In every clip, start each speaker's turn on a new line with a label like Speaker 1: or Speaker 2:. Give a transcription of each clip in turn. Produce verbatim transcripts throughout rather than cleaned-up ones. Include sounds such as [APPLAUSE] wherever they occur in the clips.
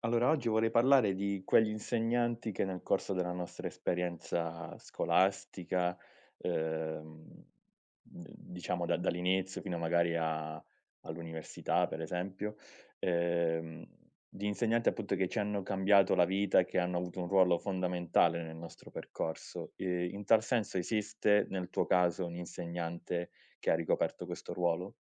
Speaker 1: Allora, oggi vorrei parlare di quegli insegnanti che nel corso della nostra esperienza scolastica, ehm, d diciamo da dall'inizio fino magari a all'università per esempio, ehm, di insegnanti appunto che ci hanno cambiato la vita e che hanno avuto un ruolo fondamentale nel nostro percorso. Ehm, in tal senso esiste nel tuo caso un insegnante che ha ricoperto questo ruolo?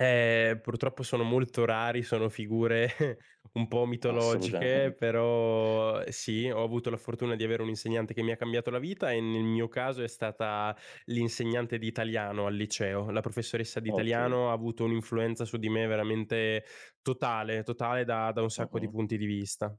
Speaker 2: Eh, purtroppo sono molto rari, sono figure [LAUGHS] un po' mitologiche,
Speaker 1: Assolutamente.
Speaker 2: però eh, sì, ho avuto la fortuna di avere un insegnante che mi ha cambiato la vita e nel mio caso è stata l'insegnante di italiano al liceo. La professoressa di
Speaker 1: Okay.
Speaker 2: italiano ha avuto un'influenza su di me veramente totale, totale da da un sacco di
Speaker 1: Mh-mh.
Speaker 2: punti di vista.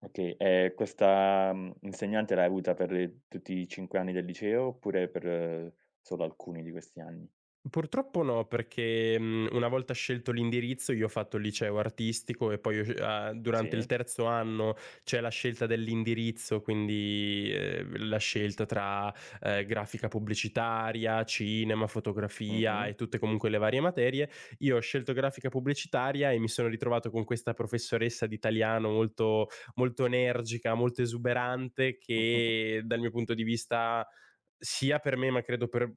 Speaker 1: Okay, ehm, questa, mhmm, insegnante l'hai avuta per eh, tutti i cinque anni del liceo oppure per eh, solo alcuni di questi anni?
Speaker 2: Purtroppo no, perché, mhmm, una volta scelto l'indirizzo io ho fatto il liceo artistico e poi ho sce uhm, durante il
Speaker 1: Sì.
Speaker 2: terzo anno c'è la scelta dell'indirizzo, quindi, ehm, la scelta tra, ehm, grafica pubblicitaria, cinema, fotografia
Speaker 1: Mh-mh.
Speaker 2: e tutte comunque le varie materie. Io ho scelto grafica pubblicitaria e mi sono ritrovato con questa professoressa di italiano molto molto energica, molto esuberante
Speaker 1: [LAUGHS]
Speaker 2: che, dal mio punto di vista, sia per me, ma credo per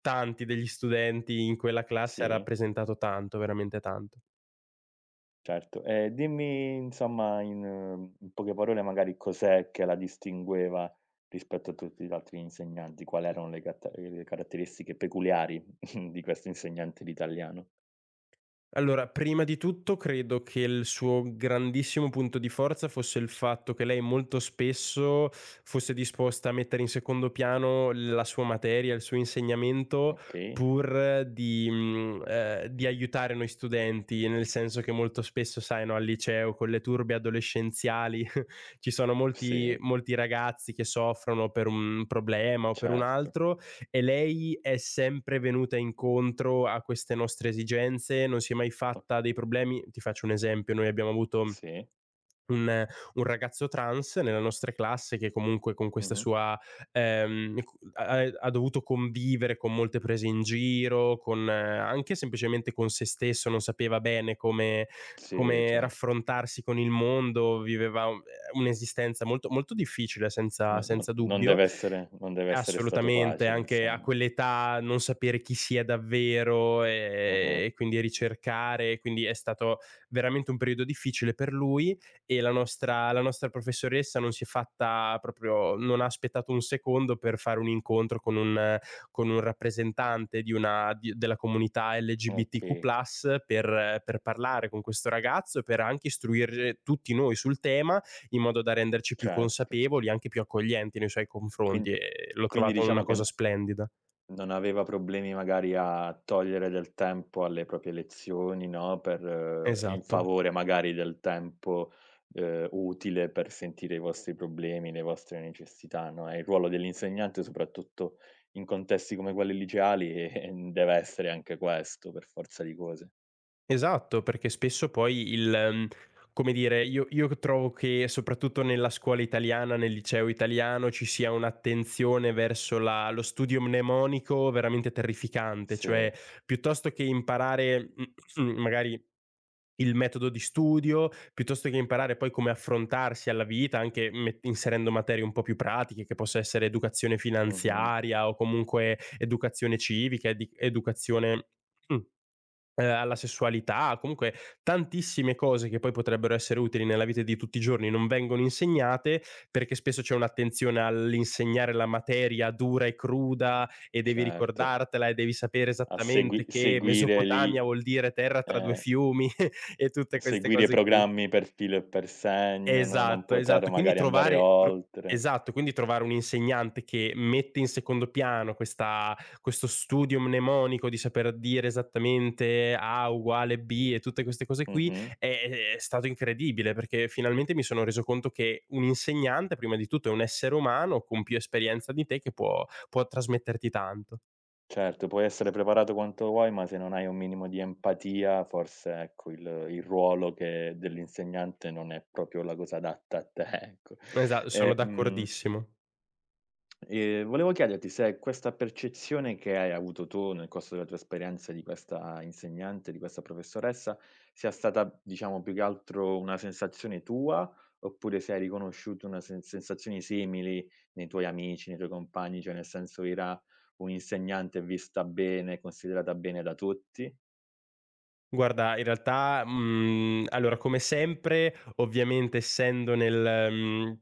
Speaker 2: tanti degli studenti in quella classe, ha
Speaker 1: Sì,
Speaker 2: rappresentato tanto, veramente tanto.
Speaker 1: certo. E dimmi insomma in eh, in poche parole magari cos'è che la distingueva rispetto a tutti gli altri insegnanti? Quali erano le catta le caratteristiche peculiari [LAUGHS] di questo insegnante di italiano?
Speaker 2: Allora, prima di tutto credo che il suo grandissimo punto di forza fosse il fatto che lei molto spesso fosse disposta a mettere in secondo piano la sua materia, il suo insegnamento,
Speaker 1: Okay,
Speaker 2: pur di, mhmm, ehm, di aiutare noi studenti, nel senso che molto spesso, sai, no, al liceo con le turbe adolescenziali [LAUGHS] ci sono molti
Speaker 1: sì,
Speaker 2: molti ragazzi che soffrono per un problema o per un
Speaker 1: certo.
Speaker 2: altro e lei è sempre venuta incontro a queste nostre esigenze, non si è mai
Speaker 1: O
Speaker 2: fatta dei problemi. Ti faccio un esempio: noi abbiamo avuto
Speaker 1: sì.
Speaker 2: un, un ragazzo trans nella nostra classe, che comunque con questa
Speaker 1: Mh-mh.
Speaker 2: sua ehm, cu- ha, ha dovuto convivere con molte prese in giro, con, eh, anche semplicemente con se stesso, non sapeva bene come,
Speaker 1: Sì,
Speaker 2: come
Speaker 1: certo.
Speaker 2: raffrontarsi con il mondo, viveva un- eh, un'esistenza molto, molto difficile, senza
Speaker 1: No no
Speaker 2: senza
Speaker 1: non
Speaker 2: dubbio.
Speaker 1: deve essere non deve essere stato
Speaker 2: Assolutamente,
Speaker 1: facile
Speaker 2: anche a
Speaker 1: insomma.
Speaker 2: quell'età non sapere chi si è davvero,
Speaker 1: Mh-mh.
Speaker 2: ehm, e quindi ricercare, quindi è stato veramente un periodo difficile per lui, e la nostra la nostra professoressa non si è fatta proprio, non ha aspettato un secondo per fare un incontro con un con un rappresentante di una di della comunità
Speaker 1: Okay,
Speaker 2: L G B T Q più, per per parlare con questo ragazzo e per anche istruire tutti noi sul tema, in modo da renderci più
Speaker 1: certo.
Speaker 2: consapevoli, anche più accoglienti nei suoi
Speaker 1: Quin
Speaker 2: confronti, e l'ho
Speaker 1: quindi
Speaker 2: trovato una
Speaker 1: diciamo che n
Speaker 2: cosa splendida.
Speaker 1: non aveva problemi magari a togliere del tempo alle proprie lezioni, no, per eh, in
Speaker 2: Esatto.
Speaker 1: favore magari del tempo, ehm, utile per sentire i vostri problemi, le vostre necessità, no, e il ruolo dell'insegnante soprattutto in contesti come quelli liceali, [LAUGHS] ehm, deve essere anche questo per forza di cose.
Speaker 2: Esatto, perché spesso poi il mhmm, come dire, io io trovo che soprattutto nella scuola italiana, nel liceo italiano, ci sia un'attenzione verso la lo studio mnemonico veramente terrificante, cioè
Speaker 1: Sì,
Speaker 2: piuttosto che imparare [CLEARS THROAT] magari il metodo di studio, piuttosto che imparare poi come affrontarsi alla vita, anche met inserendo materie un po' più pratiche, che possa essere educazione
Speaker 1: mh-mh,
Speaker 2: finanziaria o comunque educazione civica, edi educazione mh. Ehm, alla sessualità, comunque tantissime cose che poi potrebbero essere utili nella vita di tutti i giorni non vengono insegnate, perché spesso c'è un'attenzione all'insegnare la materia dura e cruda, e devi
Speaker 1: certo.
Speaker 2: ricordartela e devi sapere
Speaker 1: A segui
Speaker 2: esattamente che
Speaker 1: seguire lì
Speaker 2: Mesopotamia vuol dire terra tra due
Speaker 1: ehm,
Speaker 2: fiumi [LAUGHS] e tutte queste
Speaker 1: seguire i
Speaker 2: cose qui.
Speaker 1: programmi per filo e per segno, no, non
Speaker 2: Esatto,
Speaker 1: poter
Speaker 2: esatto. Quindi
Speaker 1: magari andare
Speaker 2: trovare tro
Speaker 1: oltre.
Speaker 2: esatto, quindi trovare un insegnante che mette in secondo piano questa questo studio mnemonico di saper dire esattamente A uguale B e tutte queste cose qui,
Speaker 1: Mh-mh.
Speaker 2: è è è stato incredibile, perché finalmente mi sono reso conto che un insegnante, prima di tutto, è un essere umano con più esperienza di te, che può può trasmetterti tanto.
Speaker 1: Certo, puoi essere preparato quanto vuoi, ma se non hai un minimo di empatia, forse ecco il il ruolo che dell'insegnante non è proprio la cosa adatta a te, [LAUGHS] ecco.
Speaker 2: Esa Sono
Speaker 1: E, mhmm
Speaker 2: d'accordissimo.
Speaker 1: Ehm, volevo chiederti se questa percezione che hai avuto tu nel corso della tua esperienza di questa insegnante, di questa professoressa, sia stata diciamo più che altro una sensazione tua, oppure se hai riconosciuto una sen sensazioni simili nei tuoi amici, nei tuoi compagni, cioè nel senso era un'insegnante vista bene, considerata bene da tutti?
Speaker 2: Guarda, in realtà, mhmm, allora, come sempre, ovviamente essendo nel mhmm,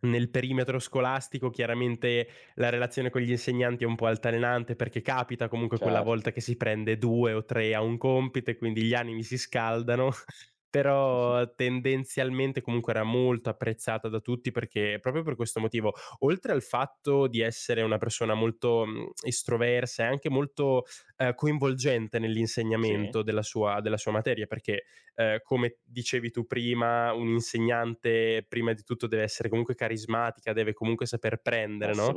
Speaker 2: nel perimetro scolastico, chiaramente la relazione con gli insegnanti è un po' altalenante, perché capita comunque quella volta
Speaker 1: Certo.
Speaker 2: che si prende due o tre a un compito e quindi gli animi si scaldano, [LAUGHS] però
Speaker 1: [LAUGHS]
Speaker 2: tendenzialmente comunque era molto apprezzata da tutti, perché proprio per questo motivo, oltre al fatto di essere una persona molto, mhmm, estroversa e anche molto ehm, coinvolgente
Speaker 1: Sì,
Speaker 2: nell'insegnamento della sua della sua materia, perché, ehm, come dicevi tu prima, un'insegnante prima di tutto deve essere comunque carismatica, deve comunque saper prendere, no,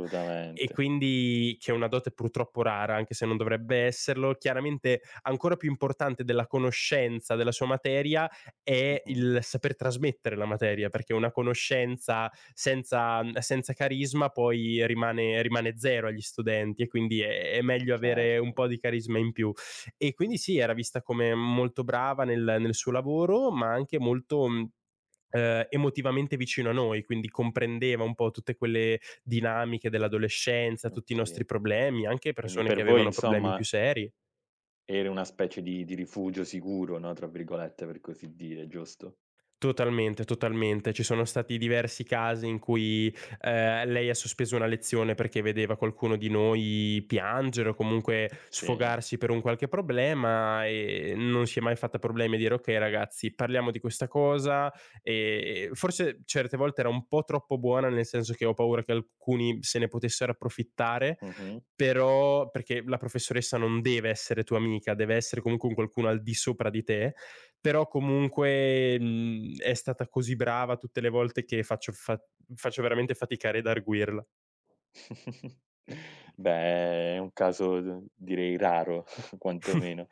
Speaker 2: e quindi, che è una dote purtroppo rara, anche se non dovrebbe esserlo, chiaramente ancora più importante della conoscenza della sua materia è
Speaker 1: Mh-mh.
Speaker 2: il saper trasmettere la materia, perché una conoscenza senza, senza carisma poi rimane, rimane zero agli studenti, e quindi è, è meglio avere un
Speaker 1: Certo,
Speaker 2: po' di carisma in più. E quindi sì, era vista come molto brava nel, nel suo lavoro, ma anche molto mh, eh, emotivamente vicino a noi, quindi comprendeva un po' tutte quelle dinamiche dell'adolescenza, tutti i nostri
Speaker 1: okay.
Speaker 2: problemi, anche
Speaker 1: Quindi
Speaker 2: persone che
Speaker 1: per voi
Speaker 2: avevano problemi più
Speaker 1: insomma
Speaker 2: seri.
Speaker 1: era una specie di di "rifugio sicuro", no, tra virgolette, per così dire, giusto?
Speaker 2: Totalmente, totalmente. Ci sono stati diversi casi in cui, ehm, lei ha sospeso una lezione perché vedeva qualcuno di noi piangere o comunque
Speaker 1: Sì.
Speaker 2: sfogarsi per un qualche problema, ehm, non si è mai fatta problemi a dire: "Okay ragazzi, parliamo di questa cosa", ehm, forse certe volte era un po' troppo buona, nel senso che ho paura che alcuni se ne potessero approfittare,
Speaker 1: Mh-mh.
Speaker 2: però, perché la professoressa non deve essere tua amica, deve essere comunque un qualcuno al di sopra di te, però comunque, mhmm, è stata così brava tutte le volte, che faccio fa faccio veramente fatica ad arguirla,
Speaker 1: [LAUGHS] Beh, è un caso d direi raro [LAUGHS]
Speaker 2: [LAUGHS]
Speaker 1: quantomeno.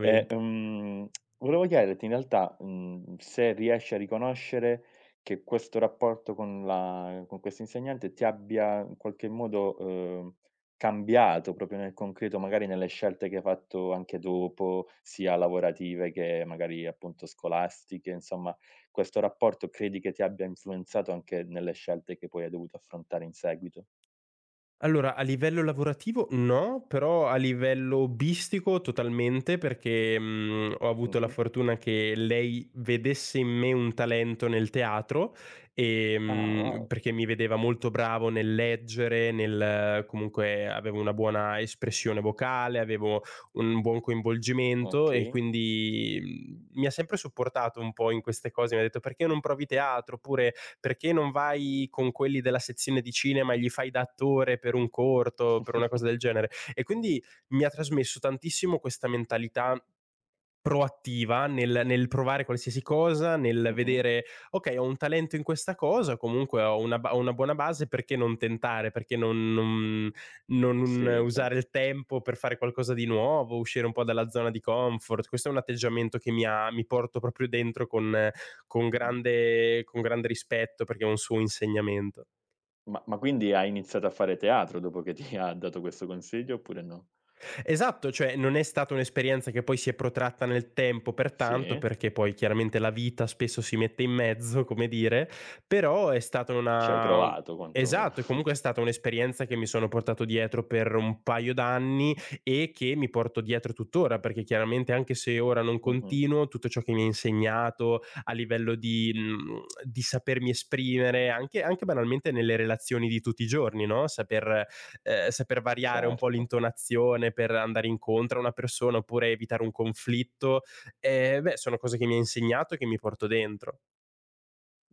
Speaker 1: E, mhmm, volevo chiederti in realtà, mhmm, se riesci a riconoscere che questo rapporto con la con questa insegnante ti abbia in qualche modo, uhm, cambiato proprio nel concreto, magari nelle scelte che hai fatto anche dopo, sia lavorative che magari appunto scolastiche, insomma, questo rapporto credi che ti abbia influenzato anche nelle scelte che poi hai dovuto affrontare in seguito?
Speaker 2: Allora, a livello lavorativo no, però a livello hobbistico totalmente, perché, mhmm, ho avuto la
Speaker 1: Mh-mh.
Speaker 2: fortuna che lei vedesse in me un talento nel teatro,
Speaker 1: Ah,
Speaker 2: ehm,
Speaker 1: wow,
Speaker 2: perché mi vedeva molto bravo nel leggere, nel comunque avevo una buona espressione vocale, avevo un buon coinvolgimento, e
Speaker 1: okay.
Speaker 2: quindi, mhmm, mi ha sempre supportato un po' in queste cose, mi ha detto: "Perché non provi teatro?" Oppure: "Perché non vai con quelli della sezione di cinema e gli fai da attore per un corto, per una cosa del
Speaker 1: [LAUGHS]
Speaker 2: genere?" E quindi mi ha trasmesso tantissimo questa mentalità proattiva nel nel provare qualsiasi cosa, nel
Speaker 1: Mh-mh.
Speaker 2: vedere: "Okay, ho un talento in questa cosa, comunque ho una ba ho una buona base, perché non tentare? Perché non non non
Speaker 1: Sì, certo.
Speaker 2: usare il tempo per fare qualcosa di nuovo, uscire un po' dalla zona di comfort?" Questo è un atteggiamento che mi ha mi porto proprio dentro con con
Speaker 1: Mh-mh.
Speaker 2: grande con grande rispetto, perché è un suo insegnamento.
Speaker 1: Ma ma quindi hai iniziato a fare teatro dopo che ti ha dato questo consiglio oppure no?
Speaker 2: Esatto, cioè non è stata un'esperienza che poi si è protratta nel tempo pertanto,
Speaker 1: Sì?
Speaker 2: perché poi chiaramente la vita spesso si mette in mezzo, come dire, però è stata
Speaker 1: Ci hai
Speaker 2: una u
Speaker 1: provato quantomeno.
Speaker 2: esatto, e comunque è stata un'esperienza che mi sono portato dietro per un paio d'anni, e che mi porto dietro tuttora, perché chiaramente, anche se ora non
Speaker 1: Mh-mh.
Speaker 2: continuo, tutto ciò che mi ha insegnato a livello di mhmm, di sapermi esprimere, anche anche banalmente nelle relazioni di tutti i giorni, no, saper ehm, saper variare un po'
Speaker 1: Certo.
Speaker 2: l'intonazione per andare incontro a una persona, oppure evitare un conflitto. Ehm, beh, sono cose che mi ha insegnato e che mi porto dentro.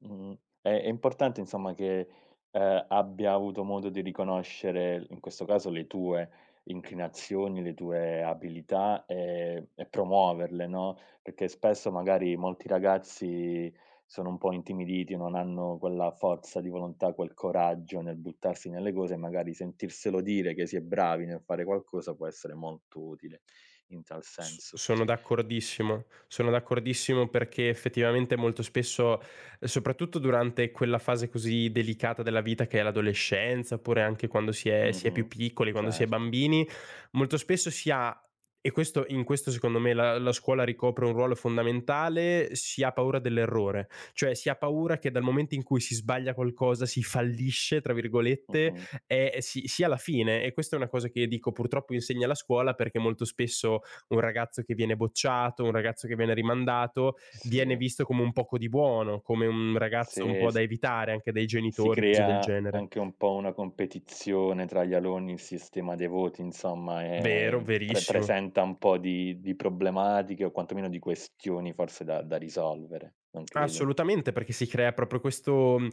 Speaker 1: Mh-mh. È è importante insomma che, ehm, abbia avuto modo di riconoscere, in questo caso, le tue inclinazioni, le tue abilità, ehm, e promuoverle, no, perché spesso magari molti ragazzi sono un po' intimiditi, non hanno quella forza di volontà, quel coraggio nel buttarsi nelle cose e magari sentirselo dire che si è bravi nel fare qualcosa può essere molto utile in tal
Speaker 2: S
Speaker 1: senso.
Speaker 2: Sono d'accordissimo. Sono d'accordissimo, perché effettivamente molto spesso, eh, soprattutto durante quella fase così delicata della vita che è l'adolescenza, oppure anche quando si è si è più
Speaker 1: Mh-mh.
Speaker 2: piccoli, quando si è
Speaker 1: Certo.
Speaker 2: bambini, molto spesso si ha, e questo, in questo secondo me la la scuola ricopre un ruolo fondamentale, si ha paura dell'errore. Cioè si ha paura che dal momento in cui si sbaglia qualcosa, si "fallisce" tra virgolette,
Speaker 1: Mh-mh.
Speaker 2: ehm, si sia la fine, e questa è una cosa che, dico purtroppo, insegna la scuola, perché molto spesso un ragazzo che viene bocciato, un ragazzo che viene rimandato, viene
Speaker 1: Sì.
Speaker 2: visto come un poco di buono, come un
Speaker 1: Sì,
Speaker 2: ragazzo un po'
Speaker 1: s
Speaker 2: da evitare anche dai
Speaker 1: si
Speaker 2: genitori, cose del
Speaker 1: crea
Speaker 2: genere.
Speaker 1: anche un po' una competizione tra gli alunni, il sistema dei voti, insomma,
Speaker 2: Vero,
Speaker 1: ehm, pre
Speaker 2: verissimo.
Speaker 1: presenta un po' di di problematiche o quantomeno di questioni forse da da risolvere, non credi?
Speaker 2: Assolutamente, perché si crea proprio questo, mhmm,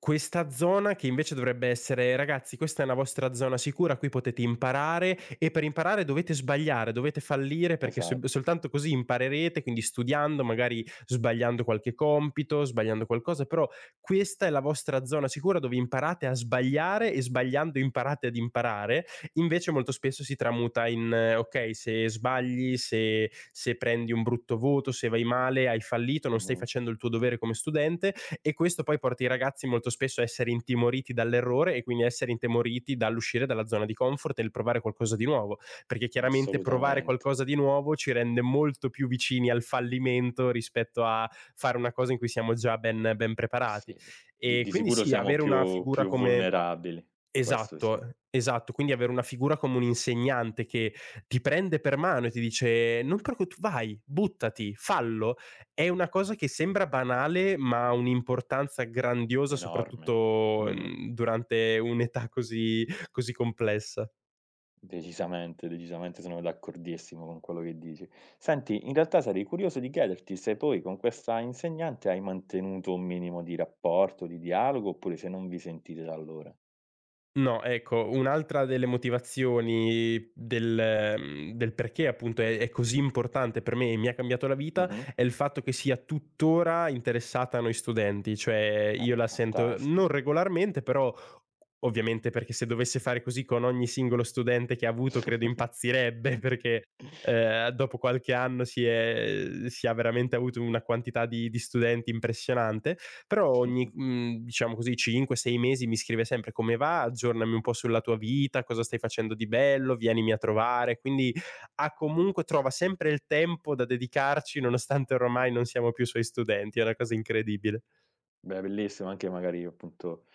Speaker 2: questa zona che invece dovrebbe essere: "Ragazzi, questa è una vostra zona sicura, qui potete imparare e per imparare dovete sbagliare, dovete fallire perché sol
Speaker 1: Esatto.
Speaker 2: soltanto così imparerete", quindi studiando, magari sbagliando qualche compito, sbagliando qualcosa, però questa è la vostra zona sicura, dove imparate a sbagliare e sbagliando imparate ad imparare. Invece molto spesso si tramuta in: eh, okay, se sbagli, se se prendi un brutto voto, se vai male, hai fallito, non stai
Speaker 1: Mh-mh.
Speaker 2: facendo il tuo dovere come studente, e questo poi porta i ragazzi molto spesso a essere intimoriti dall'errore, e quindi a essere intimoriti dall'uscire dalla zona di comfort e il provare qualcosa di nuovo, perché chiaramente provare
Speaker 1: Assolutamente.
Speaker 2: qualcosa di nuovo ci rende molto più vicini al fallimento rispetto a fare una cosa in cui siamo già ben ben preparati.
Speaker 1: Sì. Di
Speaker 2: E
Speaker 1: di
Speaker 2: quindi
Speaker 1: sicuro
Speaker 2: sì,
Speaker 1: siamo
Speaker 2: avere una
Speaker 1: più
Speaker 2: figura
Speaker 1: più
Speaker 2: come...
Speaker 1: vulnerabili, questo sì,
Speaker 2: Esatto, esatto. Quindi avere una figura come un insegnante che ti prende per mano e ti dice: "Non preoccu vai, buttati, fallo", è una cosa che sembra banale, ma ha un'importanza grandiosa
Speaker 1: enorme.
Speaker 2: soprattutto,
Speaker 1: Mh-mh.
Speaker 2: mhmm, durante un'età così, così complessa.
Speaker 1: Decisamente, decisamente sono d'accordissimo con quello che dici. Senti, in realtà sarei curioso di chiederti se poi con questa insegnante hai mantenuto un minimo di rapporto, di dialogo, oppure se non vi sentite da allora.
Speaker 2: No, ecco, un'altra delle motivazioni del mhmm, del perché appunto è è così importante per me e mi ha cambiato la vita,
Speaker 1: Mh-mh.
Speaker 2: è il fatto che sia tuttora interessata a noi studenti, cioè io
Speaker 1: Vabbè,
Speaker 2: la sento non
Speaker 1: fantastico.
Speaker 2: regolarmente, però ovviamente, perché se dovesse fare così con ogni singolo studente che ha avuto credo
Speaker 1: [LAUGHS]
Speaker 2: impazzirebbe, [LAUGHS] perché, ehm, dopo qualche anno si è si ha veramente avuto una quantità di di studenti impressionante, però ogni, mhmm, diciamo così, cinque, sei mesi mi scrive sempre: "Come va? Aggiornami un po' sulla tua vita, cosa stai facendo di bello, vienimi a trovare." Quindi ha comunque trova sempre il tempo da dedicarci, nonostante ormai non siamo più suoi studenti, è una cosa incredibile.
Speaker 1: Beh, bellissimo anche magari appunto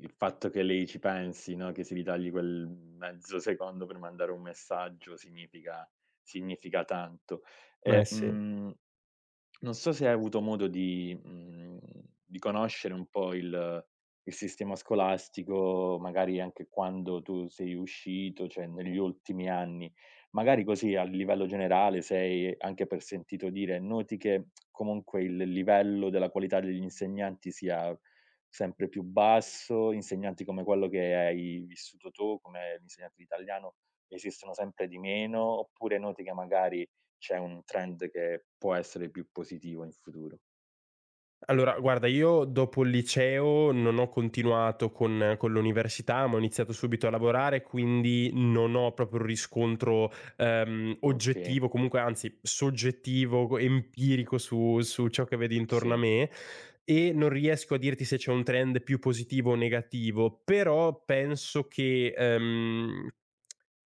Speaker 1: il fatto che lei ci pensi, no, che se li tagli quel mezzo secondo per mandare un messaggio significa significa tanto.
Speaker 2: Eh
Speaker 1: E,
Speaker 2: sì.
Speaker 1: mhmm, Non so se hai avuto modo di mhmm, di conoscere un po' il il sistema scolastico, magari anche quando tu sei uscito, cioè negli ultimi anni. Magari così a livello generale se hai anche per sentito dire, noti che comunque il livello della qualità degli insegnanti sia sempre più basso, insegnanti come quello che hai vissuto tu, come l'insegnante di italiano, esistono sempre di meno, oppure noti che magari c'è un trend che può essere più positivo in futuro.
Speaker 2: Allora, guarda, io dopo il liceo non ho continuato con con l'università, ma ho iniziato subito a lavorare, quindi non ho proprio un riscontro, ehm,
Speaker 1: Okay,
Speaker 2: oggettivo, comunque anzi soggettivo, co empirico, su su ciò che vedo intorno a
Speaker 1: sì.
Speaker 2: me, e non riesco a dirti se c'è un trend più positivo o negativo, però penso che, ehm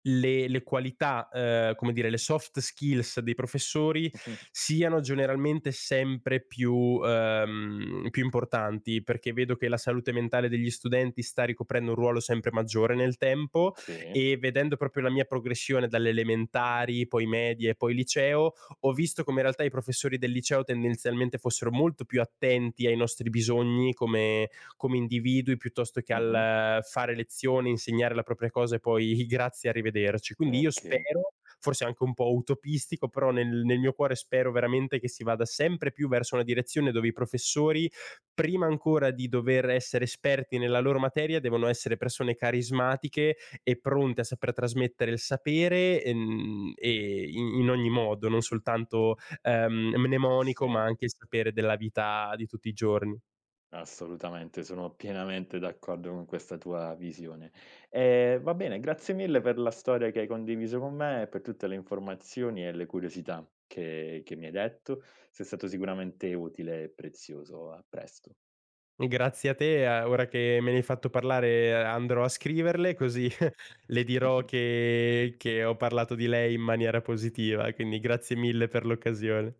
Speaker 2: le le qualità, ehm, come dire, le soft skills dei professori
Speaker 1: [LAUGHS] Mh-mh.
Speaker 2: siano generalmente sempre più ehm, più importanti, perché vedo che la salute mentale degli studenti sta ricoprendo un ruolo sempre maggiore nel tempo,
Speaker 1: Sì.
Speaker 2: e vedendo proprio la mia progressione dalle elementari, poi medie, poi liceo, ho visto come in realtà i professori del liceo tendenzialmente fossero molto più attenti ai nostri bisogni come come individui, piuttosto che
Speaker 1: Mh-mh.
Speaker 2: al eh, fare lezione, insegnare la propria cosa e poi [LAUGHS] grazie, arrivederci. Quindi io
Speaker 1: Okay,
Speaker 2: spero, forse anche un po' utopistico, però nel, nel mio cuore spero veramente che si vada sempre più verso una direzione dove i professori, prima ancora di dover essere esperti nella loro materia, devono essere persone carismatiche e pronte a saper trasmettere il sapere, ehm, e in, in ogni modo, non soltanto ehm, mnemonico, ma
Speaker 1: sì,
Speaker 2: anche il sapere della vita di tutti i giorni.
Speaker 1: assolutamente, sono pienamente d'accordo con questa tua visione. Ehm, va bene, grazie mille per la storia che hai condiviso con me e per tutte le informazioni e le curiosità che che mi hai detto. Sei stato sicuramente utile e prezioso. A presto.
Speaker 2: Grazie a te, a ora che me ne hai fatto parlare, eh, andrò a scriverle, così [LAUGHS] le dirò
Speaker 1: [LAUGHS]
Speaker 2: che che ho parlato di lei in maniera positiva, quindi grazie mille per l'occasione.